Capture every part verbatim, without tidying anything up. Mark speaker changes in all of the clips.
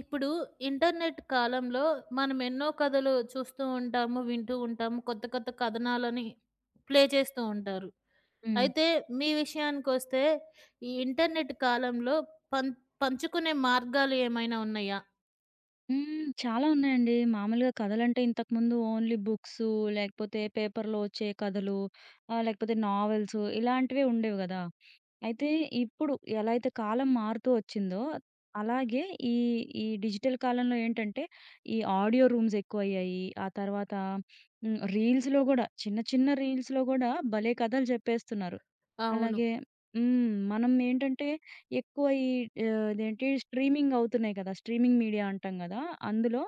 Speaker 1: ఇప్పుడు ఇంటర్నెట్ కాలంలో మనం ఎన్నో కథలు చూస్తూ ఉంటాము, వింటూ ఉంటాము. కొత్త కొత్త కథనాలని ప్లే చేస్తూ ఉంటారు.
Speaker 2: హ్మ్.
Speaker 1: అయితే మీ విషయానికొస్తే ఈ ఇంటర్నెట్ కాలంలో పం పంచుకునే మార్గాలు ఏమైనా ఉన్నాయా?
Speaker 2: హ్మ్. చాలా ఉన్నాయండి. మామూలుగా కథలంటే ఇంతకుముందు ఓన్లీ బుక్సు, లేకపోతే పేపర్‌లో వచ్చే కథలు, ఆహ్, లేకపోతే నావెల్సు ఇలాంటివే ఉండేవి గదా! అయితే ఇప్పుడు ఎలా అయితే కాలం మారుతూ వచ్చిందో, అలాగే ఈ, ఈ డిజిటల్ కాలంలో ఏంటంటే, ఈ ఆడియో రూమ్స్ ఎక్కువయ్యాయి. ఆ తర్వాత హ్మ్. రీల్స్‌లో గూడా చిన్న, చిన్న రీల్స్‌లో గూడా భలే కథలు చెప్పేస్తున్నారు.
Speaker 1: అవును.
Speaker 2: అలాగే హ్మ్. మనం ఏంటంటే ఎక్కువ ఈ ఆహ్, ఇదేంటి స్ట్రీమింగ్ అవుతున్నాయి కదా! స్ట్రీమింగ్ మీడియా అంటాం కదా! అందులో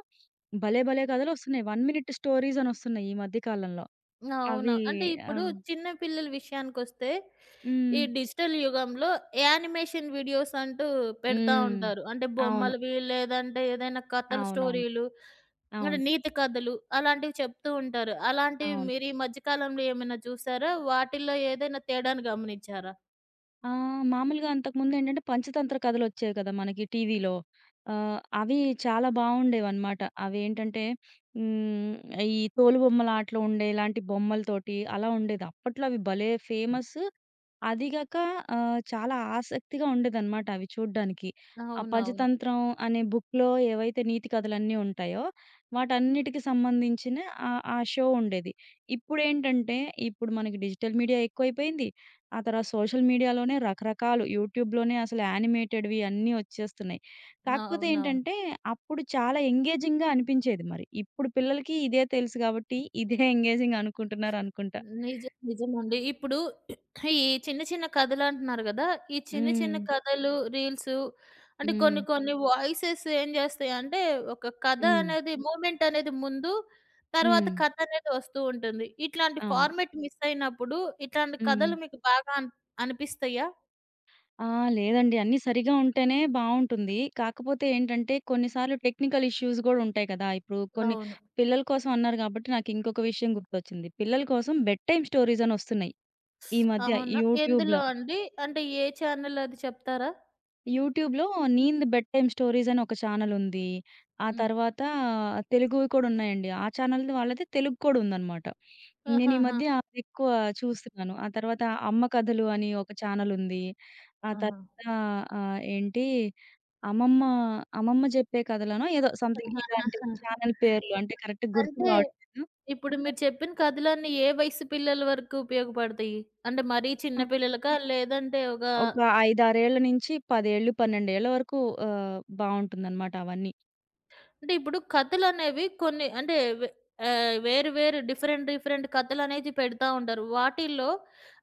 Speaker 2: భలే భలే కథలొస్తున్నాయి. వన్ మినిట్ స్టోరీస్ అనొస్తున్నాయి ఈ మధ్య కాలంలో.
Speaker 1: అవును.
Speaker 2: అవి
Speaker 1: అంటే
Speaker 2: ఆ!
Speaker 1: ఇప్పుడు చిన్న పిల్లల విషయానికొస్తే, ఈ
Speaker 2: హ్మ్.
Speaker 1: డిజిటల్ యుగంలో యానిమేషన్ వీడియోస్ అంటూ పెడతా
Speaker 2: హ్మ్.
Speaker 1: ఉంటారు. అంటే
Speaker 2: అవును.
Speaker 1: బొమ్మలవి లేదంటే ఏదైనా కథల
Speaker 2: అవునవును.
Speaker 1: స్టోరీలు, అంటే
Speaker 2: అవును.
Speaker 1: నీతి కథలు అలాంటివి చెప్తూ ఉంటారు. అలాంటివి
Speaker 2: అవును.
Speaker 1: మీరు ఈ మధ్య కాలంలో ఏమైనా చూసారా? వాటిల్లో ఏదైనా తేడాను గమనించారా?
Speaker 2: ఆ! మామూలుగా అంతకుముందేంటంటే పంచతంత్ర కథలొచ్చేవి కదా! మనకి టీవీలో. ఆహ్, అవి చాలా బావుండేవనమాట. అవేంటంటే హ్మ్. ఈ తోలుబొమ్మలాటలో ఉండే ఇలాంటి బొమ్మలతోటి అలా ఉండేది. అప్పట్లో అవి భలే ఫేమస్. అది గాక ఆహ్, చాలా ఆసక్తిగా ఉండేదనమాట అవి చూడ్డానికి. ఆ
Speaker 1: అవునవును.
Speaker 2: పంచతంత్రం అనే బుక్‌లో ఏవైతే నీతి కథలన్నీ ఉంటాయో, వాటన్నిటికి సంబంధించిన ఆహ్, ఆ షో ఉండేది. ఇప్పుడేంటంటే, ఇప్పుడు మనకి డిజిటల్ మీడియా ఎక్కువైపోయింది. ఆ తర్వాత సోషల్ మీడియాలోనే రకరకాలు యూట్యూబ్‌లోనే అసలు యానిమేటెడ్‌వి అన్నీ వచ్చేస్తున్నాయి. కాకపోతే
Speaker 1: అవునవును.
Speaker 2: ఏంటంటే, అప్పుడు చాలా ఎంగేజింగ్‌గా అనిపించేది మరి. ఇప్పుడు పిల్లలకి ఇదే తెలుసు గాబట్టి, ఇదే ఎంగేజింగ్ అనుకుంటున్నారనుకుంటా.
Speaker 1: నిజం. నిజమండి. ఇప్పుడు ఈ చిన్న చిన్న కథలంటున్నారు గదా! ఈ చిన్న చిన్న
Speaker 2: హ్మ్.
Speaker 1: కథలు, రీల్సు అంటే
Speaker 2: హ్మ్.
Speaker 1: కొన్ని కొన్ని వాయిసెస్ ఏం జేస్తాయంటే ఒక కథ
Speaker 2: హ్మ్.
Speaker 1: అనేది మూమెంట్ అనేది ముందు, తర్వాత
Speaker 2: హ్మ్.
Speaker 1: కథ అనేది వస్తూ ఉంటుంది. ఇట్లాంటి
Speaker 2: అవును.
Speaker 1: ఫార్మాట్ మిస్ అయినప్పుడు ఇట్లాంటి
Speaker 2: హ్మ్.
Speaker 1: కథలు మీకు బాగా అన్ అనిపిస్తాయా?
Speaker 2: ఆ! లేదండి. అన్నీ సరిగా ఉంటేనే బావుంటుంది. కాకపోతే ఏంటంటే కొన్నిసార్లు టెక్నికల్ ఇష్యూస్ గూడా ఉంటాయి కదా! ఇప్పుడు కొన్ని
Speaker 1: అవును.
Speaker 2: పిల్లల కోసం అన్నారు గాబట్టి నాకింకొక విషయం గుర్తొచ్చింది. పిల్లల కోసం బెడ్ టైమ్ స్టోరీస్ అని ఒస్తున్నాయి. ఈ మధ్య
Speaker 1: అవునా? ఎందులో
Speaker 2: యూట్యూబ్‌లో.
Speaker 1: అండి? అంటే ఏ ఛానల్ అది చెప్తారా?
Speaker 2: యూట్యూబ్‌లో 'నీంద్ బెడ్ టైమ్ స్టోరీస్' అని ఒక ఛానెలుంది. ఆ
Speaker 1: హ్మ్.
Speaker 2: తర్వాత తెలుగువి కూడా ఉన్నాయండి. ఆ ఛానెల్‌ది వాళ్ళదే తెలుగు కూడా ఉందనమాట. నేను ఈ
Speaker 1: ఆహాహా!
Speaker 2: మధ్య అవెక్కువ చూస్తున్నాను. ఆ తర్వాత 'అమ్మ కథలు' అని ఒక ఛానెలుంది. ఆ
Speaker 1: ఆహా!
Speaker 2: తర్వాత ఆహ్, ఏంటి అమ్మమ్మ, అమ్మమ్మ జెప్పే కథలనో ఏదో సంథింగ్ ఇలాంటి
Speaker 1: ఆహాహాహా!
Speaker 2: ఛానెల్ పేర్లు అంటే కరెక్ట్‌గా గుర్తు
Speaker 1: అంటే
Speaker 2: రావట్లేదు.
Speaker 1: ఇప్పుడు మీరు చెప్పిన కథలన్నీ ఏ వయసు పిల్లల వరకు ఉపయోగపడతాయి? అంటే మరీ చిన్న
Speaker 2: ఆ!
Speaker 1: పిల్లలకా? లేదంటే ఒకా
Speaker 2: ఒక ఐదు, ఆరు ఏళ్ల నుంచి పది ఏళ్ళు, పన్నెండు ఏళ్ల వరకు ఆహ్, బావుంటుందనమాట అవన్నీ.
Speaker 1: అంటే ఇప్పుడు కథలనేవి కొన్ని అంటే వే ఆహ్, వేరు వేరు డిఫరెంట్ డిఫరెంట్ కథలనేది పెడతా ఉంటారు. వాటిల్లో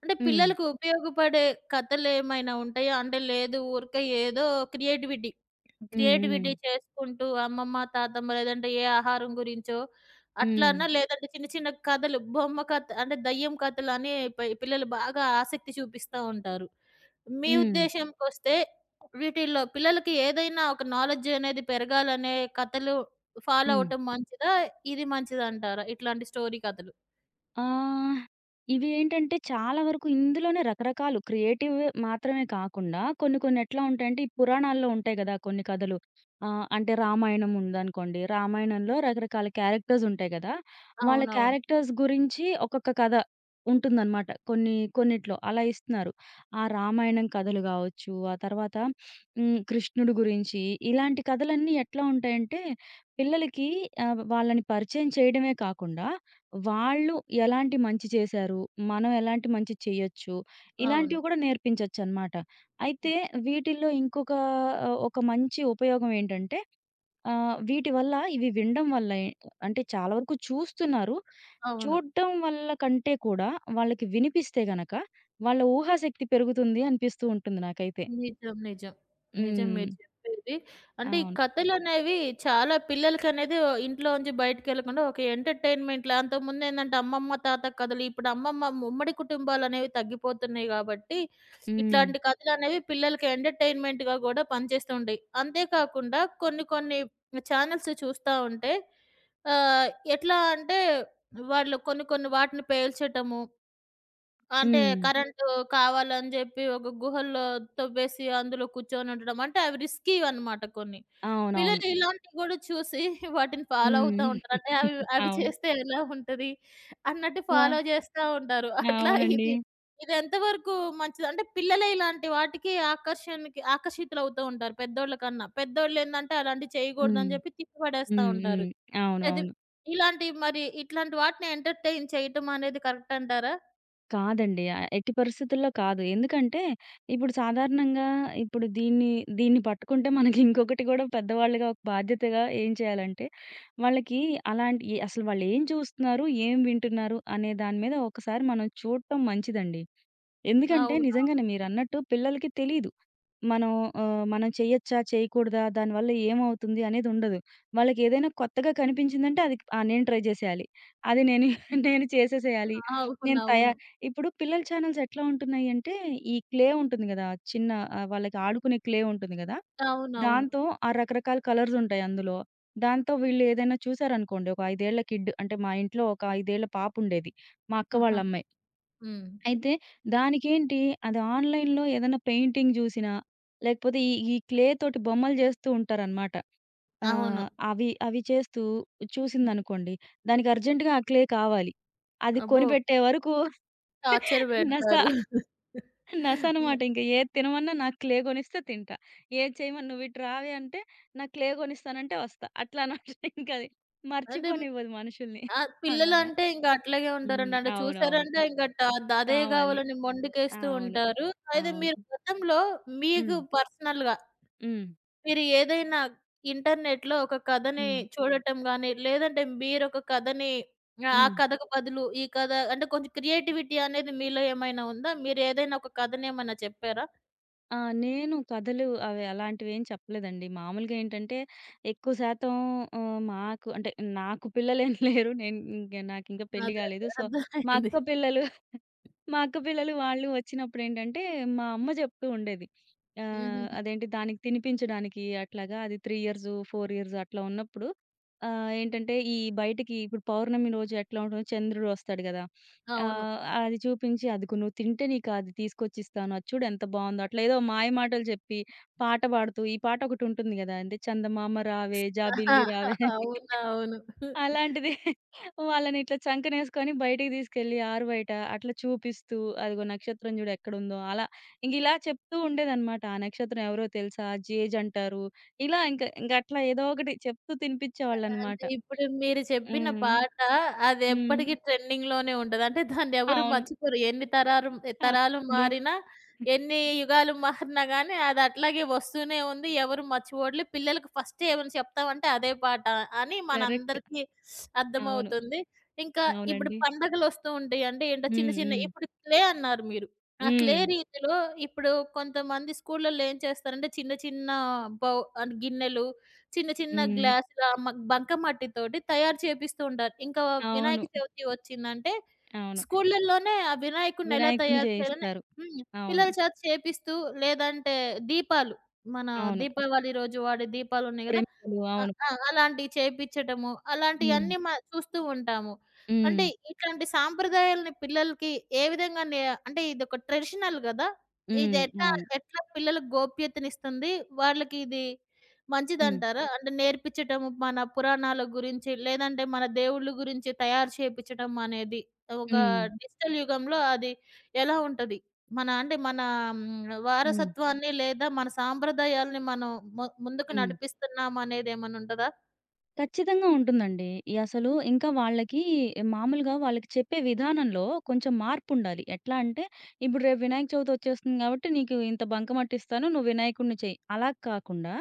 Speaker 1: అంటే
Speaker 2: హ్మ్.
Speaker 1: పిల్లలకు ఉపయోగపడే కథలేమైనా ఉంటాయా? అంటే లేదు ఊరికే ఏదో క్రియేటివిటీ,
Speaker 2: హ్మ్. హ్మ్.
Speaker 1: క్రియేటివిటీ చేసుకుంటూ అమ్మమ్మ, తాతమ్మ లేదంటే ఏ ఆహారం గురించో
Speaker 2: హ్మ్.
Speaker 1: అట్లానా? లేదంటే చిన్న చిన్న కథలు బొమ్మ కథ అంటే దయ్యం కథలని పై పిల్లలు బాగా ఆసక్తి చూపిస్తా ఉంటారు. మీ
Speaker 2: హ్మ్.
Speaker 1: ఉద్దేశంకొస్తే వీటిల్లో పిల్లలకి ఏదైనా ఒక నాలెడ్జ్ అనేది పెరగాలనే కథలు ఫాలో
Speaker 2: హ్మ్.
Speaker 1: అవ్వటం మంచిదా? ఇది మంచిదంటారా? ఇట్లాంటి స్టోరీ కథలు.
Speaker 2: ఆహ్, ఇవి ఏంటంటే చాలా వరకు ఇందులోనే రకరకాలు క్రియేటివ్ మాత్రమే కాకుండా కొన్ని కొన్ని ఎట్లా ఉంటాయంటే ఈ పురాణాల్లో ఉంటాయి గదా! కొన్ని కథలు. ఆహ్, అంటే రామాయణం ఉందనుకోండి. రామాయణంలో రకరకాల క్యారెక్టర్స్ ఉంటాయి గదా! వాళ్ళ
Speaker 1: అవునవును.
Speaker 2: క్యారెక్టర్స్ గురించి ఒక్కొక్క కథ ఉంటుందనమాట. కొన్ని కొన్నిట్లో అలా ఇస్తున్నారు. ఆ రామాయణం కథలు గావచ్చు, ఆ తర్వాత హ్మ్, కృష్ణుడు గురించి ఇలాంటి కథలన్నీ ఎట్లా ఉంటాయంటే పిల్లలకి ఆహ్, వాళ్ళని పరిచయం చేయడమే కాకుండా వాళ్ళు ఎలాంటి మంచి చేశారు? మనం ఎలాంటి మంచి చేయొచ్చు?
Speaker 1: అవును.
Speaker 2: ఇలాంటివి కూడా నేర్పించొచ్చనమాట. అయితే వీటిల్లో ఇంకొక ఆహ్, ఒక మంచి ఉపయోగం ఏంటంటే ఆహ్, వీటి వల్ల ఇవి వినడం వల్ల ఎ అంటే చాలా వరకు చూస్తున్నారు.
Speaker 1: అవును.
Speaker 2: చూడటం వల్ల కంటే కూడా వాళ్ళకి వినిపిస్తే గనక వాళ్ళ ఊహాశక్తి పెరుగుతుంది అనిపిస్తూ ఉంటుంది నాకైతే.
Speaker 1: నిజం. నిజం. నిజం
Speaker 2: హ్మ్.
Speaker 1: మీరు చెప్పేది. అంటే ఈ
Speaker 2: అవును.
Speaker 1: కథలనేవి చాలా పిల్లలకనేది ఓ ఇంట్లోంచి బయటికెళ్ళకుండా ఒక ఎంటర్‌టైన్‌మెంట్‌లా అంతకుముందేందంటే అమ్మమ్మ, తాత కథలు. ఇప్పుడు అమ్మమ్మ ఉమ్మడి కుటుంబాలనేవి తగ్గిపోతున్నాయి గాబట్టి,
Speaker 2: హ్మ్.
Speaker 1: ఇట్లాంటి కథలనేవి పిల్లలకి ఎంటర్‌టైన్‌మెంట్‌గా గూడా పనిచేస్తూ ఉంటాయి. అంతే కాకుండా కొన్ని కొన్ని ఛానెల్స్ చూస్తా ఉంటే ఆహ్, ఎట్లా అంటే వాళ్ళు కొన్ని కొన్ని వాటిని పేల్చటము అంటే
Speaker 2: హ్మ్.
Speaker 1: కరెంటు కావాలని జెప్పి ఒక గుహల్లో తవ్వేసి అందులో కూర్చొనుండడం అంటే అవి రిస్కీ అన్నమాట కొన్ని.
Speaker 2: అవునవును.
Speaker 1: పిల్లలు ఇలాంటివి గూడా చూసి వాటిని ఫాలో అవుతా
Speaker 2: హ్మ్.
Speaker 1: ఉంటారు. అంటే అవి అవి
Speaker 2: అవును.
Speaker 1: చేస్తే ఎలా ఉంటది అన్నట్టు
Speaker 2: వా
Speaker 1: ఫాలో జేస్తా ఉంటారు. అట్లా
Speaker 2: అవునండి.
Speaker 1: ఇది ఇది ఎంతవరకు మంచిది? అంటే పిల్లలే ఇలాంటి వాటికి ఆకర్షణకి ఆకర్షితులవుతూ ఉంటారు పెద్దోళ్ళ కన్నా. పెద్దోళ్ళేందంటే అలాంటివి
Speaker 2: హ్మ్.
Speaker 1: చేయగూడదని జెప్పి తిప్పిపడేస్తా
Speaker 2: హ్మ్.
Speaker 1: ఉంటారు.
Speaker 2: హ్మ్. అవును.
Speaker 1: అది
Speaker 2: అవును.
Speaker 1: ఇలాంటి మరి ఇట్లాంటి వాటిని ఎంటర్‌టైన్ చేయటం అనేది కరెక్ట్ అంటారా?
Speaker 2: కాదండి. ఆహ్, ఎట్టి పరిస్థితుల్లో కాదు. ఎందుకంటే, ఇప్పుడు సాధారణంగా ఇప్పుడు దీన్ని, దీన్ని పట్టుకుంటే మనకి ఇంకొకటి గూడా పెద్దవాళ్ళుగా ఒక బాధ్యతగా ఏం చేయాలంటే, వాళ్ళకి అలాంటి ఎ అసలు వాళ్ళేం చూస్తున్నారు, ఏం వింటున్నారు అనే దాని మీద ఒకసారి మనం చూడటం మంచిదండి. ఎందుకంటే
Speaker 1: అవును.
Speaker 2: నిజంగానే మీరన్నట్టు పిల్లలకి తెలీదు. మనం ఆహ్, మనం చెయ్యొచ్చా? చేయకూడదా? దానివల్ల ఏమవుతుంది? అనేది ఉండదు. వాళ్ళకేదైనా కొత్తగా కనిపించిందంటే అది ఆ! నేను ట్రై చేసేయాలి. అది నేను నేను చేసేసేయాలి.
Speaker 1: అవును.
Speaker 2: నేను తయా
Speaker 1: అవును.
Speaker 2: ఇప్పుడు పిల్లల ఛానెల్స్ ఎట్లా ఉంటున్నాయి అంటే, ఈ క్లే ఉంటుంది గదా! చిన్న ఆహ్, వాళ్ళకి ఆడుకునే క్లే ఉంటుంది గదా!
Speaker 1: అవునవును.
Speaker 2: దాంతో ఆ రకరకాల కలర్స్ ఉంటాయి అందులో. దాంతో వీళ్ళు ఏదైనా చూసారనుకోండి, ఒక ఐదు ఏళ్ల కిడ్ అంటే మా ఇంట్లో ఒక ఐదు ఏళ్ల పాపుండేది. మా అక్క
Speaker 1: ఆహా!
Speaker 2: వాళ్ళ అమ్మాయి.
Speaker 1: హ్మ్.
Speaker 2: అయితే దానికేంటి అది ఆన్‌లైన్‌లో ఏదైనా పెయింటింగ్ జూసినా, లేకపోతే ఈ ఈ క్లే తోటి బొమ్మలు జేస్తూ ఉంటారనమాట.
Speaker 1: అవును.
Speaker 2: ఆహ్, అవి అవి చేస్తూ
Speaker 1: హ్మ్.
Speaker 2: చూసిందనుకోండి, దానికి అర్జెంట్‌గా ఆ క్లే కావాలి. అది
Speaker 1: అబ్బో!
Speaker 2: కొనిపెట్టే వరకు
Speaker 1: టార్చర్
Speaker 2: నస
Speaker 1: పెడతారు.
Speaker 2: నస
Speaker 1: హ్మ్.
Speaker 2: అనమాట. ఇంక ఏది తినమన్నా నాకు క్లే కొనిస్తే తింటా. ఏది చేయమని "నువ్వు ఇటు రావే" అంటే, "నాకు క్లే కొనిస్తానంటే" వస్తా. అట్లా అనమాట ఇంకది.
Speaker 1: అంటే ఉమ్,
Speaker 2: మర్చిపోనివ్వదు మనుషుల్ని.
Speaker 1: ఆ!
Speaker 2: అలాగా.
Speaker 1: పిల్లలంటే ఇంకా అట్లాగే
Speaker 2: హ్మ్.
Speaker 1: ఉంటారండి. అంటే
Speaker 2: అవునవును.
Speaker 1: చూసారంటే ఇంకా ట ద- అదే
Speaker 2: కావాలి.
Speaker 1: కావాలని మొండికేస్తూ
Speaker 2: అవును.
Speaker 1: ఉంటారు. అయితే
Speaker 2: అవును.
Speaker 1: మీరు గతంలో మీకు
Speaker 2: హ్మ్.
Speaker 1: పర్సనల్‌గా
Speaker 2: హ్మ్.
Speaker 1: మీరు ఏదైనా ఇంటర్నెట్‌లో ఒక కథని
Speaker 2: హ్మ్.
Speaker 1: చూడటం గాని, లేదంటే మీరొక కథని ఆ
Speaker 2: హ్మ్.
Speaker 1: కథకు బదులు ఈ కథ అంటే కొంచెం క్రియేటివిటీ అనేది మీలో ఏమైనా ఉందా? మీరు ఏదైనా ఒక కథనేమైనా చెప్పారా?
Speaker 2: ఆ! నేను కథలు అవి అలాంటివేం చెప్పలేదండి. మామూలుగా ఏంటంటే, ఎక్కువ శాతం ఆహ్, మాకు అంటే నాకు పిల్లలేం లేరు. నేను ఇంక నాకింకా పెళ్లి కాలేదు.
Speaker 1: అదదే
Speaker 2: సో, మా
Speaker 1: అర్థమైంది.
Speaker 2: అక్క పిల్లలు మా అక్క పిల్లలు వాళ్ళు వచ్చినప్పుడేంటంటే, మా అమ్మ జెప్తూ ఉండేది. ఆహ్,
Speaker 1: హుహుహు.
Speaker 2: అదేంటి దానికి తినిపించడానికి అట్లాగా అది మూడు ఇయర్స్, నాలుగు ఇయర్స్ అట్లా ఉన్నప్పుడు ఆహ్, ఏంటంటే ఈ బయటికి ఇప్పుడు పౌర్ణమి రోజు ఎట్లా ఉంటుందో చంద్రుడొస్తాడు గదా!
Speaker 1: అవును.
Speaker 2: ఆహ్, అది చూపించి "అదిగో నువ్వు తింటే నీకు అది తీసుకొచ్చిస్తాను. అది చూడు ఎంత బావుందో" అట్లా ఏదో మాయ మాటలు చెప్పి, పాట పాడుతూ ఈ పాట ఒకటుంటుంది గదా! అంటే చందమామ రావే జాబిల్లి రావే అని.
Speaker 1: అవును. అవును.
Speaker 2: అలాంటిది వాళ్ళనిట్లా చంకనేసుకొని బయటికి తీసుకెళ్ళి ఆరుబయట అట్లా చూపిస్తూ, అదిగో నక్షత్రం చూడు ఎక్కడుందో అలా. ఇంక ఇలా చెప్తూ ఉండేదనమాట. ఆ నక్షత్రం ఎవరో తెలుసా? జేజ్ అంటారు. ఇలా ఇంక ఇంకట్లా ఏదో ఒకటి చెప్తూ తినిపిచ్చేవాళ్ళనమాట.
Speaker 1: అంటే ఇప్పుడు మీరు చెప్పిన
Speaker 2: హ్మ్.
Speaker 1: పాట అది
Speaker 2: హ్మ్.
Speaker 1: ఎప్పటికి ట్రెండింగ్‌లోనే ఉంటది. అంటే దాన్ని ఎవరు
Speaker 2: అవును.
Speaker 1: మర్చిపోరు. ఎన్ని తరారు తరాలు
Speaker 2: అవునండి.
Speaker 1: మారినా, ఎన్ని యుగాలు మారినా గాని అది అట్లాగే వస్తూనే ఉంది. ఎవరు మర్చిపోవట్లే. పిల్లలకు ఫస్ట్ ఏమైనా చెప్తామంటే అదే పాట అని
Speaker 2: కరెక్ట్.
Speaker 1: మనందరికీ
Speaker 2: అవును.
Speaker 1: అర్థమవుతుంది. ఇంకా ఇప్పుడు
Speaker 2: అవునండి.
Speaker 1: పండగలొస్తూ ఉంటాయి. అంటే ఏంటో చిన్న
Speaker 2: హ్మ్.
Speaker 1: చిన్న
Speaker 2: హ్మ్.
Speaker 1: ఇప్పుడు క్లే అన్నారు మీరు. ఆ క్లే
Speaker 2: హ్మ్.
Speaker 1: రీతిలో ఇప్పుడు కొంతమంది స్కూళ్ళలో ఏం చేస్తారంటే చిన్న చిన్న బౌ గిన్నెలు చిన్న చిన్న
Speaker 2: హ్మ్.
Speaker 1: గ్లాసుల మ బంకమట్టితోటి తయారు చేపిస్తూ ఉంటారు. ఇంకా వినాయక
Speaker 2: అవును.
Speaker 1: చవితి వచ్చిందంటే
Speaker 2: అవును.
Speaker 1: స్కూళ్ళల్లోనే ఆ వినాయకుడిని ఎలా
Speaker 2: వినాయకుడిని
Speaker 1: తయారు చేయాలని
Speaker 2: చేయిస్తారు.
Speaker 1: హ్మ్.
Speaker 2: అవును.
Speaker 1: పిల్లల చేత చేపిస్తూ లేదంటే దీపాలు మన
Speaker 2: అవును.
Speaker 1: దీపావళి రోజు వాడే దీపాలున్నాయి గదా!
Speaker 2: ప్రమిదలు.
Speaker 1: ఆ!
Speaker 2: అవును.
Speaker 1: ఆ! అలాంటియి చేపిచ్చటము.
Speaker 2: హ్మ్.
Speaker 1: అలాంటియన్నీ మ చూస్తూ ఉంటాము.
Speaker 2: హ్మ్.
Speaker 1: అంటే ఇట్లాంటి సాంప్రదాయాలని పిల్లలకి ఏ విధంగా నే అంటే ఇదొక ట్రెడిషనల్ గదా! ఇది
Speaker 2: హ్మ్.
Speaker 1: ఎట్టా
Speaker 2: అవును.
Speaker 1: ఎట్లా పిల్లలకు గోప్యతనిస్తుంది? వాళ్ళకి ఇది
Speaker 2: హ్మ్.
Speaker 1: మంచిదంటారా? అంటే నేర్పిచ్చటము మన పురాణాల గురించి, లేదంటే మన దేవుళ్ళ గురించి తయారు చేపిచ్చటం అనేది ఒక
Speaker 2: హ్మ్.
Speaker 1: డిజిటల్ యుగంలో అది ఎలా ఉంటది? మన అంటే మన హ్మ్.
Speaker 2: హ్మ్.
Speaker 1: వారసత్వాన్ని లేదా మన సాంప్రదాయాల్ని మనం ము ముందుకు
Speaker 2: హ్మ్.
Speaker 1: నడిపిస్తున్నామా అనేదేమన్నా ఉంటదా?
Speaker 2: ఖచ్చితంగా ఉంటుందండి. ఈ అసలు ఇంకా వాళ్ళకి మామూలుగా వాళ్ళకి చెప్పే విధానంలో కొంచెం మార్పుండాలి. ఎట్లా అంటే, ఇప్పుడు రేపు వినాయక చవితి వచ్చేస్తుంది కాబట్టి, నీకు ఇంత బంకమట్టిస్తాను. నువ్వు వినాయకుడిని చెయ్యి. అలా కాకుండా,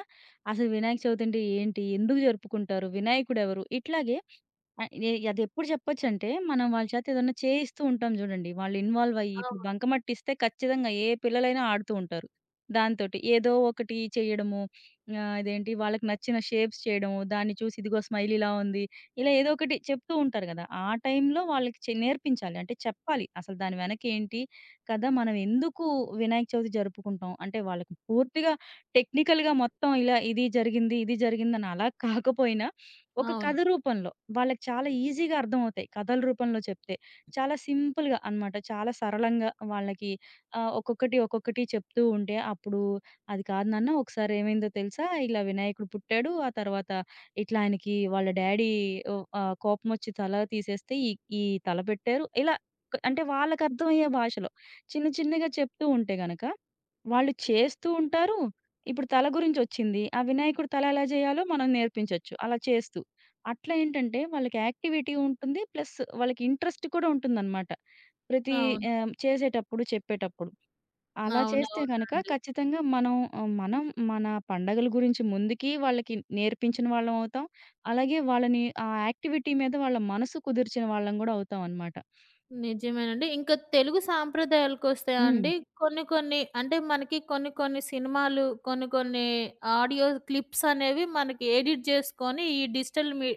Speaker 2: అసలు వినాయక చవితి అంటే ఏంటి? ఎందుకు జరుపుకుంటారు? వినాయకుడెవరు? ఇట్లాగే ఆ! ఎ అదెప్పుడు చెప్పొచ్చంటే, మనం వాళ్ళ చేత ఏదన్నా చేయిస్తూ ఉంటాం జూడండి. వాళ్ళు ఇన్వాల్వ్ అయ్యి, ఇప్పుడు
Speaker 1: అవును.
Speaker 2: బంకమట్టిస్తే ఖచ్చితంగా ఏ పిల్లలైనా ఆడుతూ ఉంటారు దాంతోటి. ఏదో ఒకటి చేయడము, ఆహ్, ఇదేంటి వాళ్ళకి నచ్చిన షేప్స్ చేయడము, దాన్ని చూసి ఇదిగో స్మైల్ ఇలా ఉంది. ఇలా ఏదో ఒకటి చెప్తూ ఉంటారు గదా! ఆ టైంలో వాళ్ళకి చె నేర్పించాలి. అంటే చెప్పాలి. అసలు దాని వెనకేంటి కదా! మనం ఎందుకు వినాయక చవితి జరుపుకుంటాం? అంటే వాళ్ళకి పూర్తిగా టెక్నికల్‌గా మొత్తం ఇలా ఇది జరిగింది, ఇది జరిగిందని అలా కాకపోయినా ఒక
Speaker 1: అవును.
Speaker 2: కథ రూపంలో. వాళ్ళకి చాలా ఈజీగా అర్థమవుతాయి. కథల రూపంలో చెప్తే. చాలా సింపుల్‌గా అనమాట. చాలా సరళంగా వాళ్ళకి ఆహ్, ఒక్కొక్కటి, ఒక్కొక్కటి చెప్తూ ఉంటే అప్పుడు అది కాదు నాన్న ఒకసారి ఏమైందో తెలుసా? ఇలా వినాయకుడు పుట్టాడు. ఆ తర్వాత ఇట్లా ఆయనకి వాళ్ళ డ్యాడీ ఓహ్, ఆహ్, కోపమొచ్చి తల తీసేస్తే ఈ ఈ తల పెట్టారు. ఇలా క్ అంటే వాళ్ళకి అర్థమయ్యే భాషలో చిన్న చిన్నగా చెప్తూ ఉంటే గనక వాళ్ళు చేస్తూ ఉంటారు. ఇప్పుడు తల గురించొచ్చింది. ఆ వినాయకుడు తల ఎలా చేయాలో మనం నేర్పించొచ్చు అలా చేస్తూ. అట్లా ఏంటంటే వాళ్ళకి యాక్టివిటీ ఉంటుంది. ప్లస్ వాళ్ళకి ఇంట్రెస్ట్ కూడా ఉంటుందనమాట. ప్రతి
Speaker 1: అవును.
Speaker 2: ఆహ్, చేసేటప్పుడు, చెప్పేటప్పుడు. అలా చేస్తే గనక
Speaker 1: అవునవునండి.
Speaker 2: ఖచ్చితంగా మనం ఆహ్, మనం మన పండగల గురించి ముందుకి వాళ్ళకి నేర్పించిన వాళ్ళం అవుతాం. అలాగే వాళ్ళని ఆ యాక్టివిటీ మీద వాళ్ళ మనసు కుదిర్చిన వాళ్ళం గూడా అవుతాం అనమాట.
Speaker 1: నిజమేనండి. ఇంకా తెలుగు సాంప్రదాయాలకొస్తే
Speaker 2: హ్మ్.
Speaker 1: అండి కొన్ని కొన్ని అంటే మనకి కొన్ని కొన్ని సినిమాలు, కొన్ని కొన్ని ఆడియో క్లిప్స్ అనేవి మనకి ఎడిట్ చేసుకొని ఈ డిజిటల్ మీ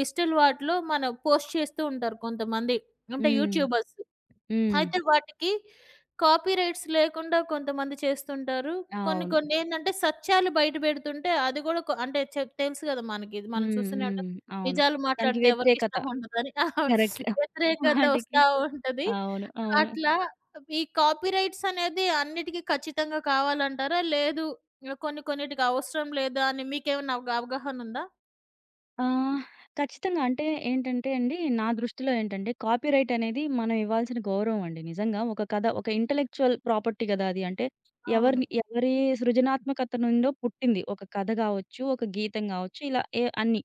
Speaker 1: డిజిటల్ వాటిలో మనం పోస్ట్ చేస్తూ ఉంటారు కొంతమంది. అంటే
Speaker 2: హ్మ్.
Speaker 1: యూట్యూబర్స్.
Speaker 2: హ్మ్.
Speaker 1: అయితే వాటికి కాపీ రైట్స్ లేకుండా కొంతమంది చేస్తుంటారు. కొన్ని
Speaker 2: అవును.
Speaker 1: కొన్ని ఏందంటే సత్యాలు బయట పెడుతుంటే అది గూడా కొ అంటే చె తెలుసు గదా! మనకి ఇది మనం
Speaker 2: హ్మ్.
Speaker 1: చూస్తూనే
Speaker 2: హ్మ్.
Speaker 1: ఉంటాం.
Speaker 2: అవును.
Speaker 1: నిజాలు
Speaker 2: దానికి
Speaker 1: మాట్లాడితే ఎవరికీ
Speaker 2: వ్యతిరేకత.
Speaker 1: ఇష్టం ఉండదని ఆ
Speaker 2: కరెక్ట్.
Speaker 1: వ్యతిరేకత
Speaker 2: వాటికి
Speaker 1: వస్తా ఉంటది.
Speaker 2: అవును. అవును.
Speaker 1: అట్లా ఈ కాపీ రైట్స్ అనేది అన్నిటికి ఖచ్చితంగా కావాలంటారా? లేదు ఇంకా కొన్ని కొన్నిటికి అవసరం లేదా అని మీకేమన్నా అవగా అవగాహనుందా?
Speaker 2: ఆ! ఖచ్చితంగా. అంటే ఏంటంటే అండి, నా దృష్టిలో ఏంటంటే కాపీరైట్ అనేది మనం ఇవ్వాల్సిన గౌరవం అండి. నిజంగా ఒక కథ ఒక ఇంటలెక్చువల్ ప్రాపర్టీ గదా అది. అంటే
Speaker 1: అవును.
Speaker 2: ఎవరిని ఎవరి సృజనాత్మకత నుండో పుట్టింది. ఒక కథ గావచ్చు, ఒక గీతం గావచ్చు ఇలా ఏ అన్నీ.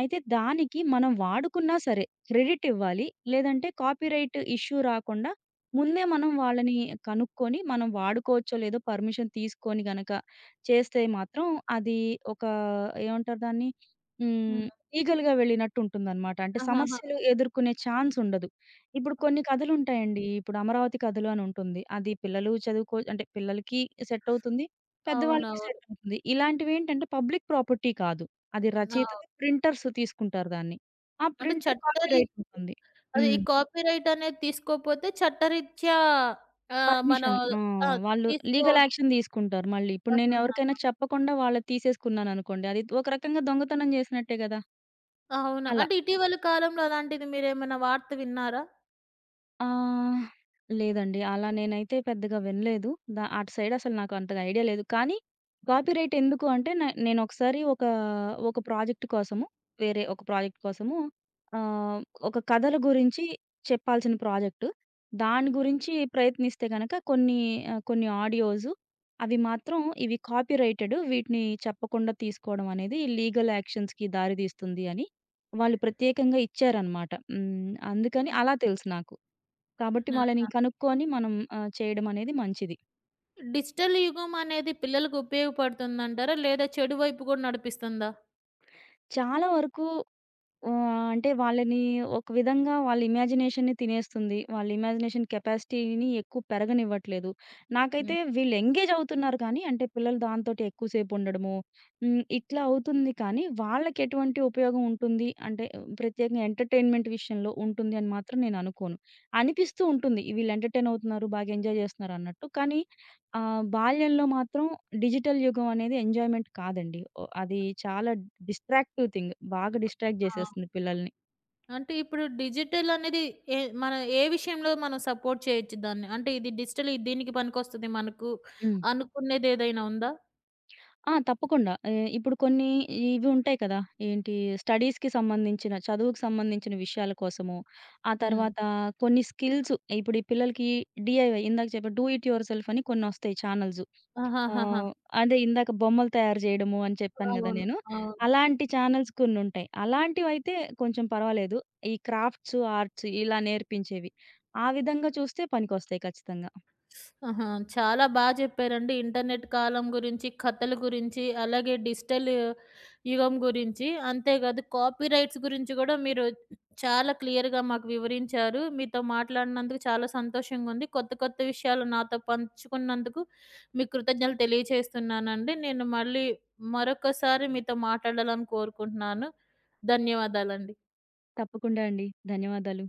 Speaker 2: అయితే దానికి మనం వాడుకున్నా సరే క్రెడిట్ ఇవ్వాలి. లేదంటే కాపీరైట్ ఇష్యూ రాకుండా ముందే మనం వాళ్ళని కనుక్కొని మనం వాడుకోవచ్చో లేదో పర్మిషన్ తీసుకొని గనక చేస్తే మాత్రం అది ఒక ఏమంటారు దాన్ని? హ్మ్.
Speaker 1: హ్మ్.
Speaker 2: ఈగలుగా వెళ్ళినట్టుంటుందనమాట. అంటే
Speaker 1: ఆహాహా!
Speaker 2: సమస్యలు ఎదుర్కొనే ఛాన్స్ ఉండదు. ఇప్పుడు కొన్ని కథలుంటాయండి. ఇప్పుడు 'అమరావతి కథలు' అని ఉంటుంది. అది పిల్లలు చదువుకో అంటే పిల్లలకి సెట్ అవుతుంది. పెద్దవాళ్ళకి
Speaker 1: అవునవును.
Speaker 2: సెట్ అవుతుంది. ఇలాంటివేంటంటే పబ్లిక్ ప్రాపర్టీ కాదు. అది
Speaker 1: అవును.
Speaker 2: రచయితగా ప్రింటర్స్ తీసుకుంటారు దాన్ని. ఆ
Speaker 1: అంటే
Speaker 2: ప్రింటర్
Speaker 1: చట్టరీ
Speaker 2: కాపీరైట్ ఉంటుంది.
Speaker 1: అదే ఈ
Speaker 2: హ్మ్.
Speaker 1: కాపీరైట్ అనేది తీసుకోపోతే చట్టరీత్యా ఆహ్, మనం
Speaker 2: పర్మిషన్. ఆ!
Speaker 1: ఆ!
Speaker 2: వాళ్ళు
Speaker 1: తీసుకో
Speaker 2: లీగల్ యాక్షన్ తీసుకుంటారు మళ్ళీ. ఇప్పుడు నేను
Speaker 1: ఆహాహా!
Speaker 2: ఎవరికైనా చెప్పకుండా వాళ్ళది తీసేసుకున్నాననుకోండి. అది ఒక రకంగా దొంగతనం చేసినట్టే గదా!
Speaker 1: అవును.
Speaker 2: అలా.
Speaker 1: అంటే ఇటీవల కాలంలో అలాంటిది మీరేమైనా వార్త విన్నారా?
Speaker 2: ఆహ్, లేదండి. అలా నేనైతే పెద్దగా వినలేదు. ద అటు సైడ్ అసలు నాకు అంతగా ఐడియా లేదు. కానీ కాపీరైట్ ఎందుకు అంటే నే నేనొకసారి ఒక, ఒక ప్రాజెక్ట్ కోసము వేరే ఒక ప్రాజెక్ట్ కోసము ఆహ్, ఒక కథల గురించి చెప్పాల్సిన ప్రాజెక్టు. దాని గురించి ప్రయత్నిస్తే గనక కొన్ని ఆహ్, కొన్ని ఆడియోసు అవి మాత్రం ఇవి కాపీరైటెడ్ వీటిని చెప్పకుండా తీసుకోవడం అనేది లీగల్ యాక్షన్స్‌కి దారి తీస్తుంది అని వాళ్ళు ప్రత్యేకంగా ఇచ్చారనమాట. హ్మ్. అందుకని అలా తెలుసు నాకు. కాబట్టి వాళ్ళని
Speaker 1: ఆహా!
Speaker 2: కనుక్కొని మనం ఆహ్, చేయడమనేది మంచిది.
Speaker 1: డిజిటల్ యుగం అనేది పిల్లలకు ఉపయోగపడుతుందంటారా? లేదా చెడు వైపు కూడా నడిపిస్తుందా?
Speaker 2: చాలా వరకు ఆహ్, అంటే వాళ్ళని ఒక విధంగా వాళ్ళ ఇమాజినేషన్‌ని తినేస్తుంది. వాళ్ళ ఇమాజినేషన్ కెపాసిటీని ఎక్కువ పెరగనివ్వట్లేదు.
Speaker 1: హ్మ్.
Speaker 2: నాకైతే వీళ్ళు ఎంగేజ్ అవుతున్నారు కానీ, అంటే పిల్లలు దాంతోటి ఎక్కువసేపుండడము, హ్మ్. ఇట్లా అవుతుంది కానీ, వాళ్ళకెటువంటి ఉపయోగం ఉంటుంది అంటే ప్రత్యేకంగా ఎంటర్‌టైన్‌మెంట్ విషయంలో ఉంటుంది అని మాత్రం నేననుకోను. అనిపిస్తూ ఉంటుంది. వీళ్ళు ఎంటర్‌టైన్ అవుతున్నారు, బాగా ఎంజాయ్ చేస్తున్నారన్నట్టు. కానీ ఆహ్, బాల్యంలో మాత్రం డిజిటల్ యుగం అనేది ఎంజాయ్‌మెంట్ కాదండి. ఓ అది చాలా డిస్ట్రాక్టివ్ థింగ్. బాగా డిస్ట్రాక్ట్
Speaker 1: ఆ!
Speaker 2: జేసేస్తుంది పిల్లల్ని.
Speaker 1: అంటే ఇప్పుడు డిజిటల్ అనేది ఏ మన ఏ విషయంలో మనం సపోర్ట్ చేయొచ్చు దాన్ని? అంటే ఇది డిజిటల్ దీనికి పనికొస్తది మనకు
Speaker 2: హ్మ్.
Speaker 1: అనుకునేదేదైనా ఉందా?
Speaker 2: ఆ! తప్పకుండా. ఎ ఇప్పుడు కొన్ని ఇవి ఉంటాయి కదా! ఏంటి స్టడీస్‌కి సంబంధించిన, చదువుకి సంబంధించిన విషయాల కోసము, ఆ
Speaker 1: హ్మ్.
Speaker 2: తర్వాత కొన్ని స్కిల్స్ ఇప్పుడు ఈ పిల్లలకి డీఐవై ఇందాక చెప్పా డూ ఇట్ యువర్ సెల్ఫ్ అని కొన్నొస్తాయి ఛానెల్స్. ఆ!
Speaker 1: ఆహాహాహా!
Speaker 2: అదే ఇందాక బొమ్మలు తయారు చేయడము అని చెప్పాను గదా!
Speaker 1: అవును.
Speaker 2: నేను.
Speaker 1: అవును.
Speaker 2: అలాంటి ఛానెల్స్ కొన్నుంటాయి. అలాంటివైతే కొంచెం పర్వాలేదు. ఈ క్రాఫ్ట్స్, ఆర్ట్స్ ఇలా నేర్పించేవి. ఆ విధంగా చూస్తే పనికొస్తాయి ఖచ్చితంగా.
Speaker 1: ఆహా! చాలా బా చెప్పారండి. ఇంటర్నెట్ కాలం గురించి, కథల గురించి, అలాగే డిజిటల్ యుగం గురించి, అంతేకాదు కాపీరైట్స్ గురించి కూడా మీరు చాలా క్లియర్‌గా మాకు వివరించారు. మీతో మాట్లాడినందుకు చాలా సంతోషంగా ఉంది. కొత్త, కొత్త విషయాలు నాతో పంచుకున్నందుకు మీకు కృతజ్ఞతలు తెలియచేస్తున్నానండి. నేను మళ్ళీ మరొకసారి మీతో మాట్లాడాలని కోరుకుంటున్నాను. ధన్యవాదాలండి.
Speaker 2: తప్పకుండా అండి. ధన్యవాదాలు.